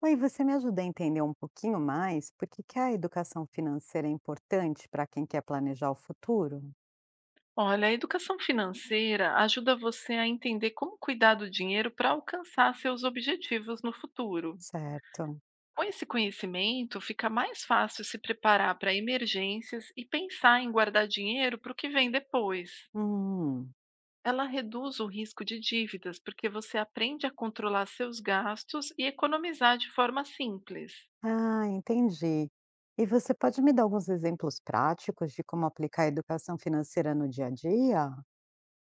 Oi, você me ajuda a entender um pouquinho mais por que a educação financeira é importante para quem quer planejar o futuro? Olha, a educação financeira ajuda você a entender como cuidar do dinheiro para alcançar seus objetivos no futuro. Certo. Com esse conhecimento, fica mais fácil se preparar para emergências e pensar em guardar dinheiro para o que vem depois. Hum, Ela reduz o risco de dívidas porque você aprende a controlar seus gastos e economizar de forma simples. ah, entendi. E você pode me dar alguns exemplos práticos de como aplicar a educação financeira no dia a dia?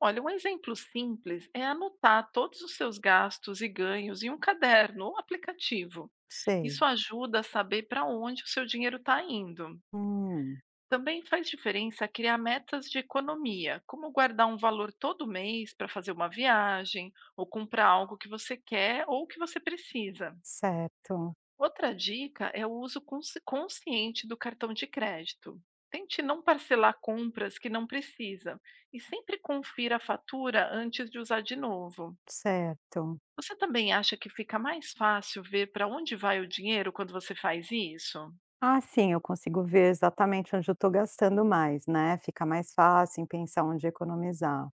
Olha, um exemplo simples é anotar todos os seus gastos e ganhos em um caderno ou aplicativo. Sei. Isso ajuda a saber para onde o seu dinheiro está indo. Hum, Também faz diferença criar metas de economia, como guardar um valor todo mês para fazer uma viagem ou comprar algo que você quer ou que você precisa. certo, Outra dica é o uso consciente do cartão de crédito. Tente não parcelar compras que não precisa e sempre confira a fatura antes de usar de novo. certo. Você também acha que fica mais fácil ver para onde vai o dinheiro quando você faz isso? Ah, sim, eu consigo ver exatamente onde eu estou gastando mais, né? Fica mais fácil em pensar onde economizar.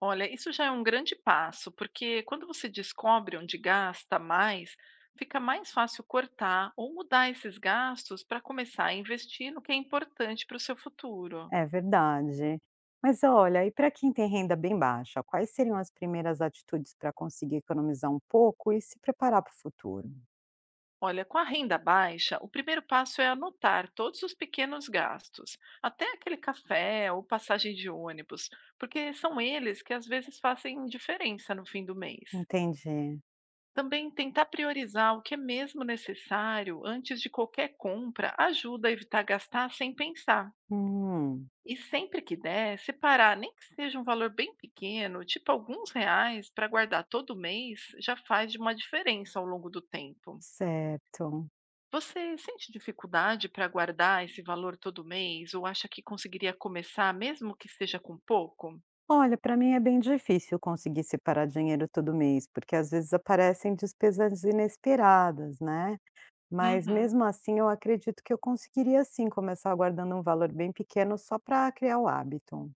Olha, isso já é um grande passo, porque quando você descobre onde gasta mais, fica mais fácil cortar ou mudar esses gastos para começar a investir no que é importante para o seu futuro. É verdade. Mas olha, e para quem tem renda bem baixa, quais seriam as primeiras atitudes para conseguir economizar um pouco e se preparar para o futuro? Olha, com a renda baixa, o primeiro passo é anotar todos os pequenos gastos, até aquele café ou passagem de ônibus, porque são eles que às vezes fazem diferença no fim do mês. Entendi. Também tentar priorizar o que é mesmo necessário antes de qualquer compra ajuda a evitar gastar sem pensar. Hum, E sempre que der, separar, nem que seja um valor bem pequeno, tipo alguns reais, para guardar todo mês, já faz de uma diferença ao longo do tempo. certo. Você sente dificuldade para guardar esse valor todo mês ou acha que conseguiria começar mesmo que seja com pouco? Olha, para mim é bem difícil conseguir separar dinheiro todo mês, porque às vezes aparecem despesas inesperadas, né? Mas Uhum. mesmo assim, eu acredito que eu conseguiria sim começar guardando um valor bem pequeno só para criar o hábito.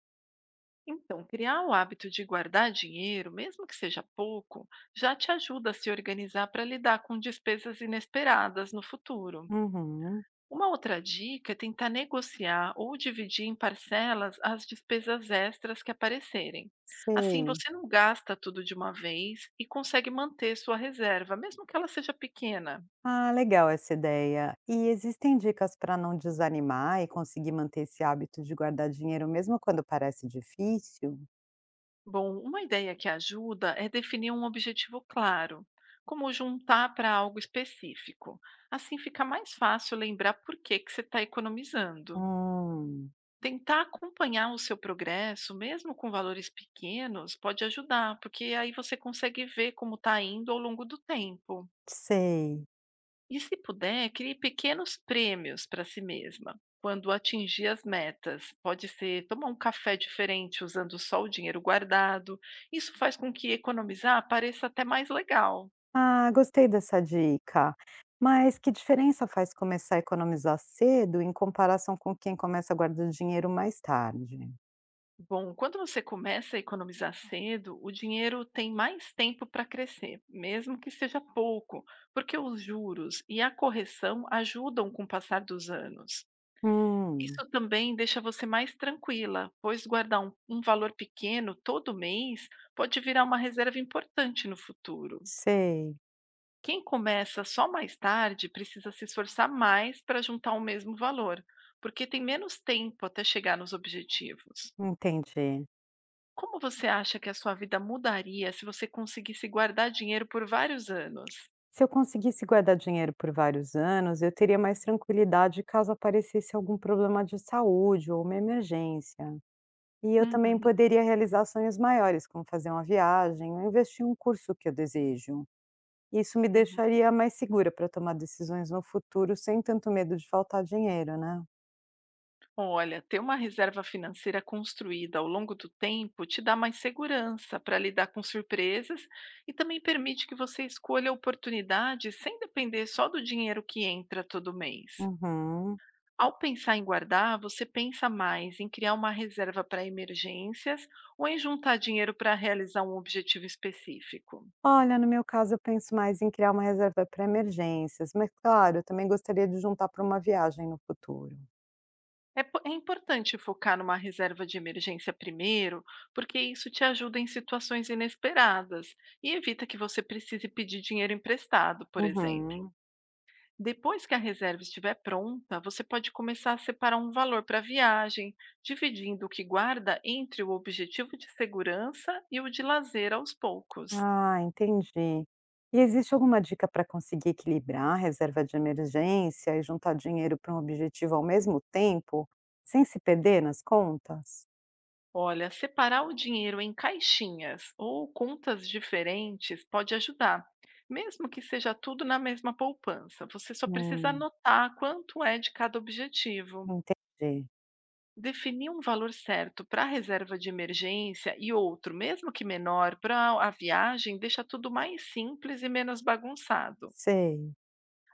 Então, criar o hábito de guardar dinheiro, mesmo que seja pouco, já te ajuda a se organizar para lidar com despesas inesperadas no futuro. Uhum, Uma outra dica é tentar negociar ou dividir em parcelas as despesas extras que aparecerem. Assim, sei. você não gasta tudo de uma vez e consegue manter sua reserva, mesmo que ela seja pequena. Ah, legal essa ideia. E existem dicas para não desanimar e conseguir manter esse hábito de guardar dinheiro mesmo quando parece difícil? Bom, uma ideia que ajuda é definir um objetivo claro, como juntar para algo específico. Assim fica mais fácil lembrar por que que você está economizando. Hum, Tentar acompanhar o seu progresso, mesmo com valores pequenos, pode ajudar, porque aí você consegue ver como está indo ao longo do tempo. sei. E se puder, crie pequenos prêmios para si mesma quando atingir as metas. Pode ser tomar um café diferente usando só o dinheiro guardado. Isso faz com que economizar pareça até mais legal. Ah, gostei dessa dica. Mas que diferença faz começar a economizar cedo em comparação com quem começa a guardar dinheiro mais tarde? Bom, quando você começa a economizar cedo, o dinheiro tem mais tempo para crescer, mesmo que seja pouco, porque os juros e a correção ajudam com o passar dos anos. Hum, Isso também deixa você mais tranquila, pois guardar um valor pequeno todo mês pode virar uma reserva importante no futuro. sei. Quem começa só mais tarde precisa se esforçar mais para juntar o mesmo valor, porque tem menos tempo até chegar nos objetivos. Entendi. Como você acha que a sua vida mudaria se você conseguisse guardar dinheiro por vários anos? Se eu conseguisse guardar dinheiro por vários anos, eu teria mais tranquilidade caso aparecesse algum problema de saúde ou uma emergência. E eu também Uhum, poderia realizar sonhos maiores, como fazer uma viagem ou investir em um curso que eu desejo. Isso me uhum. deixaria mais segura para tomar decisões no futuro sem tanto medo de faltar dinheiro, né? Olha, ter uma reserva financeira construída ao longo do tempo te dá mais segurança para lidar com surpresas e também permite que você escolha oportunidades sem depender só do dinheiro que entra todo mês. Uhum. Ao pensar em guardar, você pensa mais em criar uma reserva para emergências ou em juntar dinheiro para realizar um objetivo específico. Olha, no meu caso, eu penso mais em criar uma reserva para emergências, mas claro, eu também gostaria de juntar para uma viagem no futuro. É, é importante focar numa reserva de emergência primeiro, porque isso te ajuda em situações inesperadas e evita que você precise pedir dinheiro emprestado, por exemplo. Uhum. Depois que a reserva estiver pronta, você pode começar a separar um valor para a viagem, dividindo o que guarda entre o objetivo de segurança e o de lazer aos poucos. Ah, entendi. E existe alguma dica para conseguir equilibrar a reserva de emergência e juntar dinheiro para um objetivo ao mesmo tempo, sem se perder nas contas? Olha, separar o dinheiro em caixinhas ou contas diferentes pode ajudar, mesmo que seja tudo na mesma poupança. Você só precisa Hum, anotar quanto é de cada objetivo. entendi. Definir um valor certo para a reserva de emergência e outro, mesmo que menor, para a viagem, deixa tudo mais simples e menos bagunçado. Sei.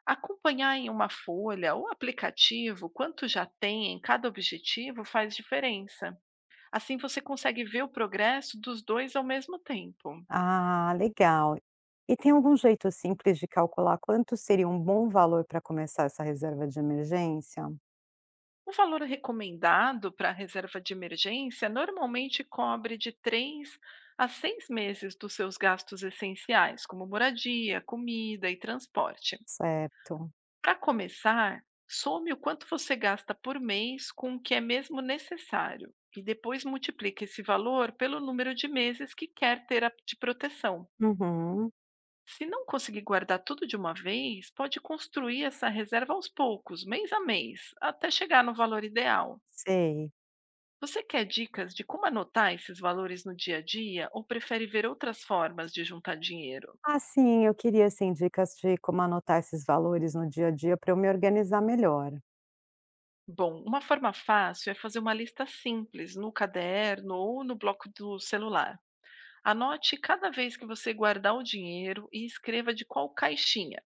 Acompanhar em uma folha ou aplicativo quanto já tem em cada objetivo faz diferença. Assim você consegue ver o progresso dos dois ao mesmo tempo. Ah, legal. E tem algum jeito simples de calcular quanto seria um bom valor para começar essa reserva de emergência? O valor recomendado para a reserva de emergência normalmente cobre de 3 a 6 meses dos seus gastos essenciais, como moradia, comida e transporte. Certo. Para começar, some o quanto você gasta por mês com o que é mesmo necessário e depois multiplique esse valor pelo número de meses que quer de proteção. Uhum, Se não conseguir guardar tudo de uma vez, pode construir essa reserva aos poucos, mês a mês, até chegar no valor ideal. sei. Você quer dicas de como anotar esses valores no dia a dia ou prefere ver outras formas de juntar dinheiro? Ah, sim, eu queria assim, dicas de como anotar esses valores no dia a dia para eu me organizar melhor. Bom, uma forma fácil é fazer uma lista simples no caderno ou no bloco do celular. Anote cada vez que você guardar o dinheiro e escreva de qual caixinha,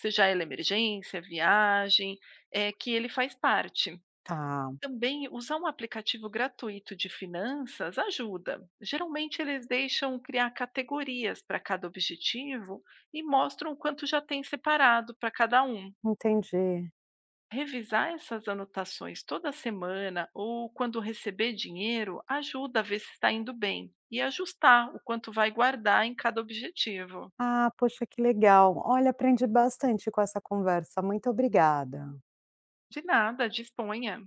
seja ela emergência, viagem, é que ele faz parte. Tá, Também usar um aplicativo gratuito de finanças ajuda. Geralmente eles deixam criar categorias para cada objetivo e mostram quanto já tem separado para cada um. entendi. Revisar essas anotações toda semana ou quando receber dinheiro ajuda a ver se está indo bem e ajustar o quanto vai guardar em cada objetivo. Ah, poxa, que legal. Olha, aprendi bastante com essa conversa. Muito obrigada. De nada, disponha.